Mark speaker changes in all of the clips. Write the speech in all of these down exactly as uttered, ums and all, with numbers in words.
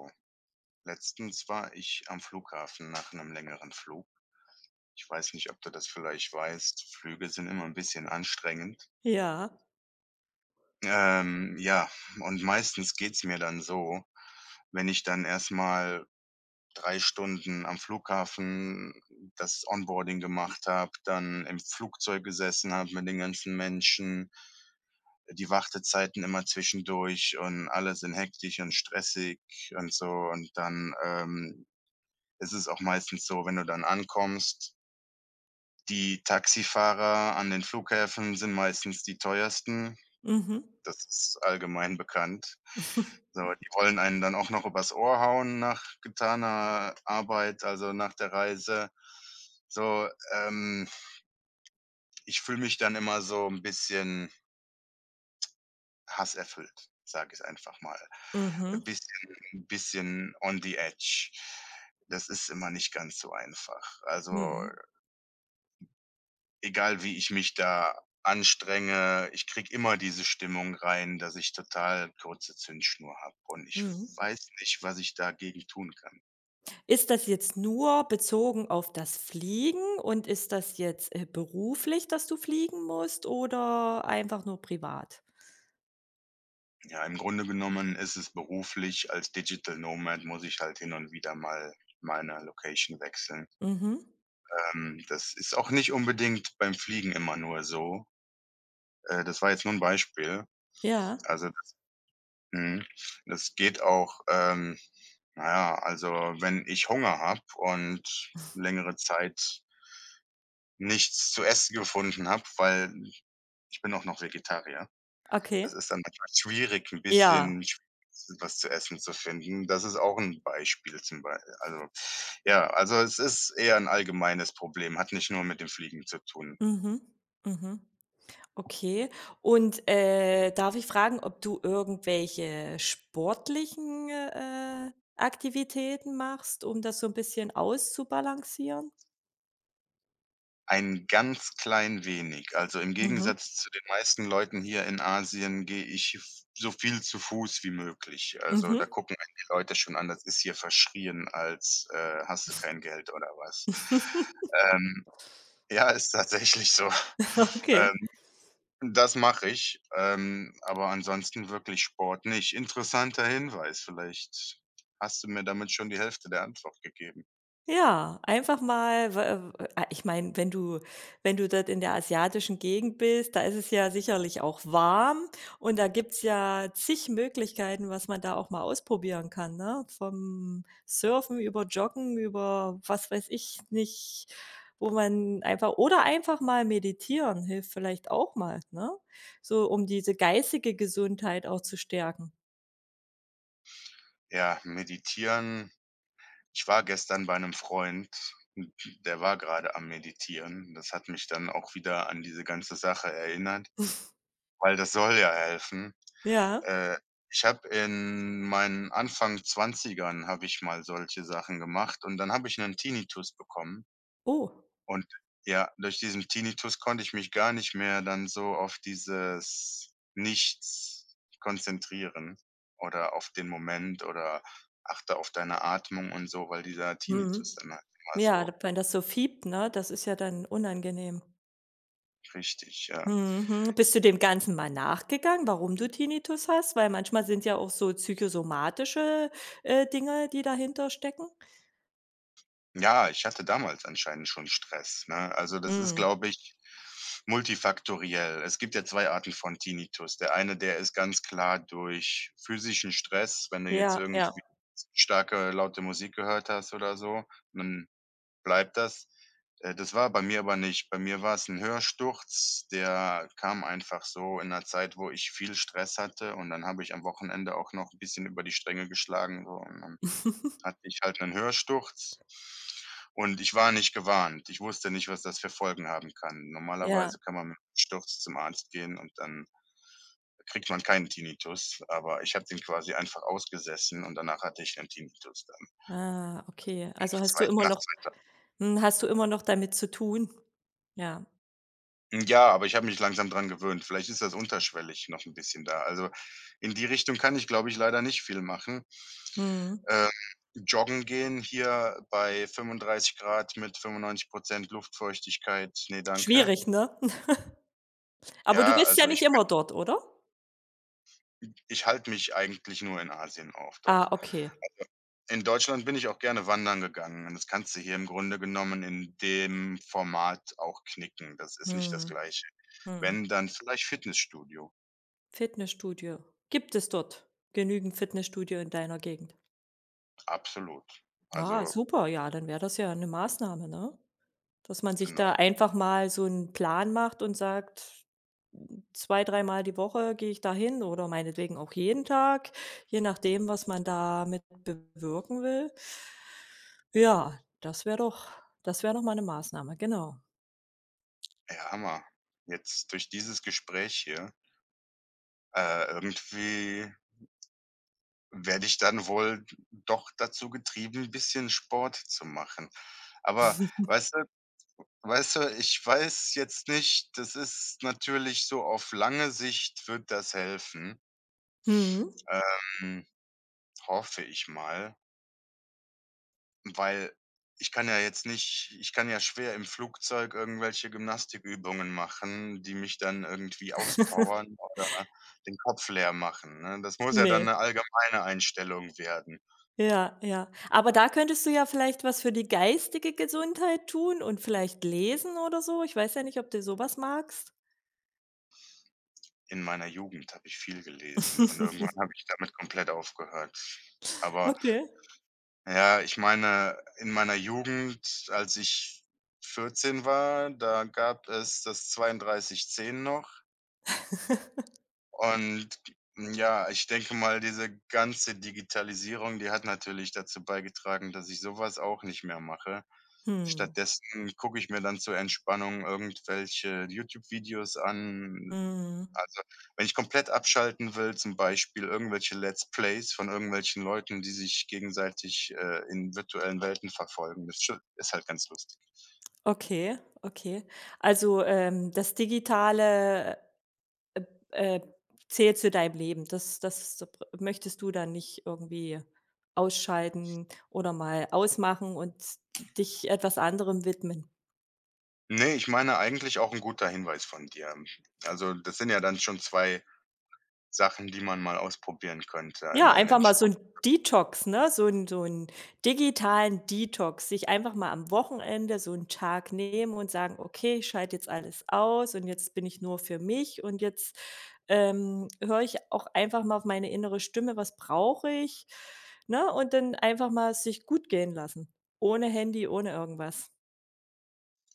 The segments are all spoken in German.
Speaker 1: Oh, letztens war ich am Flughafen nach einem längeren Flug. Ich weiß nicht, ob du das vielleicht weißt, Flüge sind immer ein bisschen anstrengend.
Speaker 2: Ja.
Speaker 1: Ähm, ja, und meistens geht's mir dann so, wenn ich dann erst mal drei Stunden am Flughafen das Onboarding gemacht habe, dann im Flugzeug gesessen habe mit den ganzen Menschen, die Wartezeiten immer zwischendurch und alle sind hektisch und stressig und so und dann, ähm ist es auch meistens so, wenn du dann ankommst, die Taxifahrer an den Flughäfen sind meistens die teuersten.
Speaker 2: Mhm.
Speaker 1: Das ist allgemein bekannt. So, die wollen einen dann auch noch übers Ohr hauen nach getaner Arbeit, also nach der Reise. So, ähm, ich fühle mich dann immer so ein bisschen hasserfüllt, sage ich einfach mal. Ein
Speaker 2: Mhm.
Speaker 1: bisschen ein bisschen on the edge. Das ist immer nicht ganz so einfach. Also
Speaker 2: Mhm.
Speaker 1: egal wie ich mich da anstrenge, ich kriege immer diese Stimmung rein, dass ich total kurze Zündschnur habe und ich
Speaker 2: Mhm.
Speaker 1: weiß nicht, was ich dagegen tun kann.
Speaker 2: Ist das jetzt nur bezogen auf das Fliegen und ist das jetzt, äh, beruflich, dass du fliegen musst oder einfach nur privat?
Speaker 1: Ja, im Grunde genommen ist es beruflich, als Digital Nomad muss ich halt hin und wieder mal meine Location wechseln.
Speaker 2: Mhm.
Speaker 1: Ähm, das ist auch nicht unbedingt beim Fliegen immer nur so. Äh, das war jetzt nur 'n Beispiel.
Speaker 2: Ja,
Speaker 1: Also, das mhm, das geht auch, ähm na ja, also, wenn ich Hunger habe und längere Zeit nichts zu essen gefunden habe, weil ich bin auch noch Vegetarier.
Speaker 2: okay.
Speaker 1: Das ist dann manchmal schwierig, ein
Speaker 2: Ja.
Speaker 1: bisschen schwierig, was zu essen zu finden. Das ist auch ein Beispiel zum Beispiel. Also, ja, also, es ist eher ein allgemeines Problem, hat nicht nur mit dem Fliegen zu tun.
Speaker 2: Mhm. Mhm. Okay. Und, äh, darf ich fragen, ob du irgendwelche sportlichen, äh, Aktivitäten machst, um das so ein bisschen auszubalancieren?
Speaker 1: Ein ganz klein wenig. Also, im
Speaker 2: Mhm.
Speaker 1: Gegensatz zu den meisten Leuten hier in Asien gehe ich f so viel zu Fuß wie möglich. Also, da
Speaker 2: Mhm.
Speaker 1: gucken einen die Leute schon an, das ist hier verschrien als, äh: „Hast du kein Geld oder was?“ Ähm, Ja, ist tatsächlich so.
Speaker 2: Okay.
Speaker 1: Ähm, das mache ich, ähm, aber ansonsten wirklich Sport nicht. Interessanter Hinweis, vielleicht hast du mir damit schon die Hälfte der Antwort gegeben.
Speaker 2: Ja, einfach mal w äh, ah, ich meine, wenn du wenn du dort in der asiatischen Gegend bist, da ist es ja sicherlich auch warm und da gibt's ja zig Möglichkeiten, was man da auch mal ausprobieren kann, ne? Vom Surfen über Joggen, über was weiß ich nicht, wo man einfach oder einfach mal meditieren hilft vielleicht auch mal, ne? So, um diese geistige Gesundheit auch zu stärken.
Speaker 1: Ja, meditieren. Ich war gestern bei einem Freund, hm, der war gerade am Meditieren. Das hat mich dann auch wieder an diese ganze Sache erinnert, weil das soll ja helfen.
Speaker 2: Ja.
Speaker 1: Äh, ich habe in meinen Anfang Zwanzigern habe ich mal solche Sachen gemacht und dann habe ich einen Tinnitus bekommen.
Speaker 2: Oh.
Speaker 1: Und ja, durch diesen Tinnitus konnte ich mich gar nicht mehr dann so auf dieses Nichts konzentrieren oder auf den Moment oder achte auf deine Atmung und so, weil dieser
Speaker 2: Mhm.
Speaker 1: Tinnitus dann halt immer
Speaker 2: Ja,
Speaker 1: so.
Speaker 2: d wenn das so fiebt, ne, das ist ja dann unangenehm.
Speaker 1: Richtig, ja.
Speaker 2: Mhm. Bist du dem Ganzen mal nachgegangen, warum du Tinnitus hast? Weil manchmal sind ja auch so psychosomatische, äh, Dinge, die dahinter stecken.
Speaker 1: Ja, ich hatte damals anscheinend schon Stress, ne? Also, das ist,
Speaker 2: Mhm.
Speaker 1: glaube ich, multifaktoriell. Es gibt ja zwei Arten von Tinnitus. Der eine, der ist ganz klar durch physischen Stress. Wenn du jetzt
Speaker 2: Ja, ja.
Speaker 1: irgendwie starke, laute Musik gehört hast oder so, dann bleibt das. Äh, das war bei mir aber nicht. Bei mir war es ein Hörsturz, der kam einfach so in 'ner Zeit, wo ich viel Stress hatte, und dann habe ich am Wochenende auch noch ein bisschen über die Stränge geschlagen, so hatte ich halt 'nen Hörsturz, und ich war nicht gewarnt. Ich wusste nicht, was das für Folgen haben kann.
Speaker 2: Ja.
Speaker 1: Normalerweise kann man mit 'nem Sturz zum Arzt gehen und dann kriegt man keinen Tinnitus, aber ich habe den quasi einfach ausgesessen und danach hatte ich 'nen Tinnitus dann
Speaker 2: Ah, okay. Also,
Speaker 1: nach
Speaker 2: hast du
Speaker 1: zwei
Speaker 2: immer
Speaker 1: nach
Speaker 2: noch
Speaker 1: zwei Tagen.
Speaker 2: hm, hast du immer noch damit zu tun? Ja.
Speaker 1: Ja, aber ich habe mich langsam dran gewöhnt. Vielleicht ist das unterschwellig noch 'n bisschen da. Also, in die Richtung kann ich, glaube ich, leider nicht viel machen.
Speaker 2: Mhm.
Speaker 1: Ähm, Joggen gehen hier bei fünfunddreißig Grad mit fünfundneunzig Luftfeuchtigkeit, ne, danke.
Speaker 2: Schwierig, ne? Aber du
Speaker 1: Ja,
Speaker 2: bist ja
Speaker 1: also
Speaker 2: nicht
Speaker 1: ich
Speaker 2: immer dort, oder?
Speaker 1: ich halte mich eigentlich nur in Asien auf, doch.
Speaker 2: Ah, okay.
Speaker 1: In Deutschland bin ich auch gerne wandern gegangen und das kannst du hier im Grunde genommen in dem Format auch knicken. Das ist nicht das
Speaker 2: Mhm.
Speaker 1: Gleiche.
Speaker 2: Mhm.
Speaker 1: Wenn, dann vielleicht Fitnessstudio.
Speaker 2: Fitnessstudio. Gibt es dort genügend Fitnessstudio in deiner Gegend?
Speaker 1: Absolut.
Speaker 2: Ja,
Speaker 1: Also,
Speaker 2: super, ja, dann wäre das ja eine Maßnahme, ne? Dass man sich da
Speaker 1: genau.
Speaker 2: einfach mal so einen Plan macht und sagt, hm, zwei dreimal die Woche gehe ich da hin oder meinetwegen auch jeden Tag, je nachdem, was man damit bewirken will. Ja, das wäre doch das wäre doch mal eine Maßnahme, genau.
Speaker 1: Ja, Hammer. Jetzt durch dieses Gespräch hier, äh, irgendwie werde ich dann wohl doch dazu getrieben, ein bisschen Sport zu machen. Aber weißt du weißt du, ich weiß jetzt nicht, das ist natürlich so, auf lange Sicht wird das helfen,
Speaker 2: Mhm.
Speaker 1: ähm, hoffe ich mal, weil ich kann ja jetzt nicht ich kann ja schwer im Flugzeug irgendwelche Gymnastikübungen machen, die mich dann irgendwie auspowern oder den Kopf leer machen, ne? Das muss ja dann
Speaker 2: Ne.
Speaker 1: eine allgemeine Einstellung werden.
Speaker 2: Ja, ja. Aber da könntest du ja vielleicht was für die geistige Gesundheit tun und vielleicht lesen oder so. Ich weiß ja nicht, ob du so was magst.
Speaker 1: In meiner Jugend habe ich viel gelesen und irgendwann habe ich damit komplett aufgehört. Aber
Speaker 2: Okay.
Speaker 1: ja, ich meine, in meiner Jugend, als ich vierzehn war, da gab es das zweiunddreißig zehn noch. Und hm, ja, ich denke mal, diese ganze Digitalisierung, die hat natürlich dazu beigetragen, dass ich sowas auch nicht mehr mache.
Speaker 2: Mhm,
Speaker 1: Stattdessen gucke ich mir dann zur Entspannung irgendwelche YouTube-Videos an.
Speaker 2: mhm.
Speaker 1: Also, wenn ich komplett abschalten will, zum Beispiel irgendwelche Let's Plays von irgendwelchen Leuten, die sich gegenseitig, äh, in virtuellen Welten verfolgen. Das sche ist halt ganz lustig.
Speaker 2: Okay, okay. Also, ähm, das Digitale, äh, zählt zu deinem Leben. Das das so pr möchtest du dann nicht irgendwie ausschalten oder mal ausmachen und dich etwas anderem widmen?
Speaker 1: Nee, ich meine, eigentlich auch ein guter Hinweis von dir. Also, das sind ja dann schon zwei Sachen, die man mal ausprobieren könnte.
Speaker 2: Ja,
Speaker 1: Einmal
Speaker 2: einfach
Speaker 1: den
Speaker 2: mal so
Speaker 1: Sport.
Speaker 2: 'n Detox, ne? So 'n so 'n digitalen Detox, sich einfach mal am Wochenende so 'n Tag nehmen und sagen: „Okay, ich schalte jetzt alles aus und jetzt bin ich nur für mich und jetzt, ähm, höre ich auch einfach mal auf meine innere Stimme, was brauche ich?“ Ne? Und dann einfach mal es sich gut gehen lassen, ohne Handy, ohne irgendwas.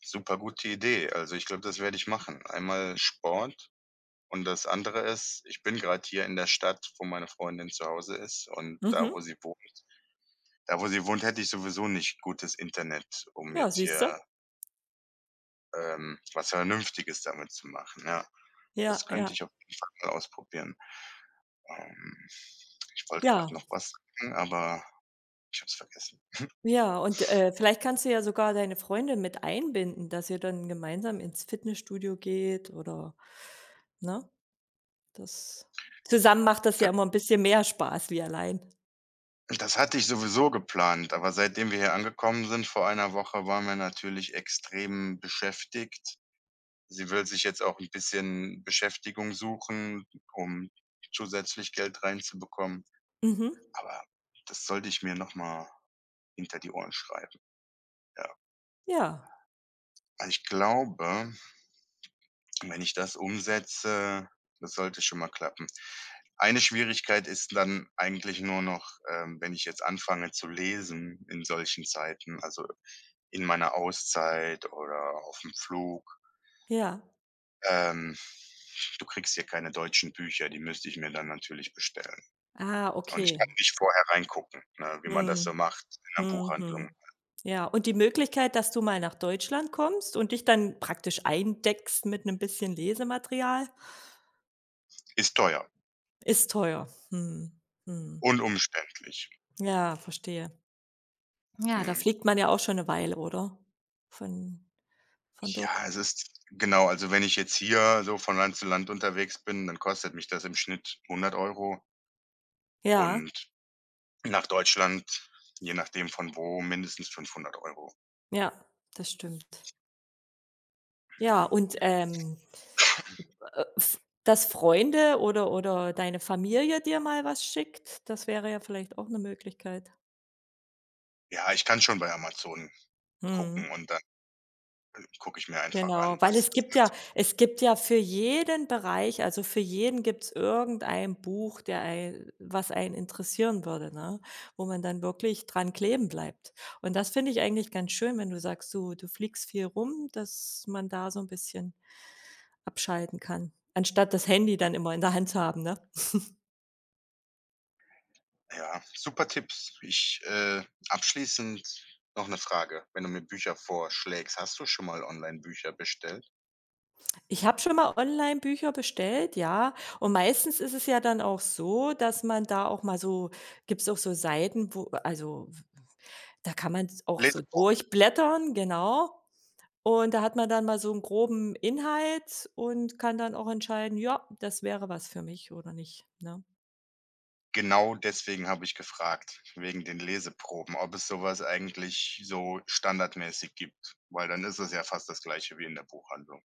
Speaker 1: Super gute Idee. Also, ich glaube, das werde ich machen. Einmal Sport, und das andere ist, ich bin gerade hier in der Stadt, wo meine Freundin zu Hause ist, und da, wo
Speaker 2: Mhm.
Speaker 1: sie wohnt da, wo sie wohnt, hätte ich sowieso nicht gutes Internet, um
Speaker 2: Ja,
Speaker 1: jetzt
Speaker 2: siehst du?
Speaker 1: hier, ähm, was Vernünftiges damit zu machen, ja. Das
Speaker 2: Ja,
Speaker 1: könnte
Speaker 2: ja,
Speaker 1: ich auf jeden Fall mal ausprobieren. Ähm, Ich wollte gerade
Speaker 2: ja.
Speaker 1: noch was sagen, aber ich habe es vergessen.
Speaker 2: Ja, und, äh, vielleicht kannst du ja sogar deine Freunde mit einbinden, dass ihr dann gemeinsam ins Fitnessstudio geht oder ne? Das zusammen macht das ja immer ein bisschen mehr Spaß wie allein.
Speaker 1: Das hatte ich sowieso geplant, aber seitdem wir hier angekommen sind vor einer Woche, waren wir natürlich extrem beschäftigt. Sie will sich jetzt auch ein bisschen Beschäftigung suchen, um zusätzlich Geld reinzubekommen,
Speaker 2: Mhm.
Speaker 1: aber das sollte ich mir noch mal hinter die Ohren schreiben, ja.
Speaker 2: Ja,
Speaker 1: Weil ich glaube, wenn ich das umsetze, das sollte schon mal klappen. Eine Schwierigkeit ist dann eigentlich nur noch, ähm, wenn ich jetzt anfange zu lesen in solchen Zeiten, also in meiner Auszeit oder auf dem Flug.
Speaker 2: ja.
Speaker 1: Ähm, Du kriegst hier keine deutschen Bücher, die müsste ich mir dann natürlich bestellen.
Speaker 2: Ah,
Speaker 1: Und ich
Speaker 2: okay.
Speaker 1: kann nicht vorher reingucken, ne, wie man das
Speaker 2: Mhm.
Speaker 1: so macht in 'ner
Speaker 2: Mhm, mhm.
Speaker 1: Buchhandlung.
Speaker 2: Ja, und die Möglichkeit, dass du mal nach Deutschland kommst und dich dann praktisch eindeckst mit einem bisschen Lesematerial,
Speaker 1: Ist teuer
Speaker 2: ist teuer. Mhm. Mhm.
Speaker 1: und umständlich.
Speaker 2: Ja, verstehe. Ja, da
Speaker 1: Mhm.
Speaker 2: fliegt man ja auch schon eine Weile, oder? Von Von dort
Speaker 1: Ja, es ist, genau, also wenn ich jetzt hier so von Land zu Land unterwegs bin, dann kostet mich das im Schnitt hundert Euro,
Speaker 2: ja,
Speaker 1: und nach Deutschland, je nachdem von wo, mindestens fünfhundert Euro.
Speaker 2: ja, das stimmt. Ja,
Speaker 1: Mhm.
Speaker 2: und, ähm, äh, f dass Freunde oder oder deine Familie dir mal was schickt, das wäre ja vielleicht auch eine Möglichkeit.
Speaker 1: Ja, ich kann schon bei Amazon
Speaker 2: Mhm.
Speaker 1: gucken und dann gucke ich mir einfach
Speaker 2: Genau,
Speaker 1: an,
Speaker 2: weil
Speaker 1: was.
Speaker 2: es gibt ja es gibt ja für jeden Bereich, also für jeden gibt's irgendein Buch, der ei was einen interessieren würde, ne, wo man dann wirklich dran kleben bleibt. Und das finde ich eigentlich ganz schön, wenn du sagst, du du fliegst viel rum, dass man da so ein bisschen abschalten kann, anstatt das Handy dann immer in der Hand zu haben, ne?
Speaker 1: Ja, super Tipps. Ich, äh abschließend noch eine Frage, wenn du mir Bücher vorschlägst, hast du schon mal Online-Bücher bestellt?
Speaker 2: Ich habe schon mal Online-Bücher bestellt, ja, und meistens ist es ja dann auch so, dass man da auch mal so gibt's auch so Seiten, wo also, da kann man auch so
Speaker 1: Leseproben.
Speaker 2: durchblättern, genau. Und da hat man dann mal so 'n groben Inhalt und kann dann auch entscheiden: „Ja, das wäre was für mich oder nicht“, ne?
Speaker 1: Genau deswegen habe ich gefragt, wegen den Leseproben, ob es sowas eigentlich so standardmäßig gibt, weil dann ist es ja fast das Gleiche wie in der Buchhandlung.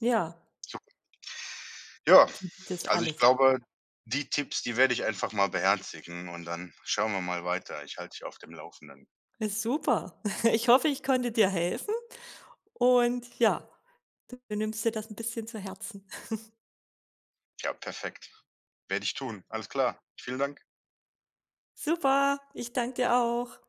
Speaker 2: Ja,
Speaker 1: Sup Ja,
Speaker 2: gibt es
Speaker 1: also ich
Speaker 2: alles.
Speaker 1: glaube, die Tipps, die werde ich einfach mal beherzigen und dann schauen wir mal weiter. Ich halte dich auf dem Laufenden.
Speaker 2: Ist super. Ich hoffe, ich konnte dir helfen und ja, du nimmst dir das 'n bisschen zu Herzen.
Speaker 1: Ja, perfekt. Werde ich tun. Alles klar. Vielen Dank.
Speaker 2: Super, ich danke dir auch.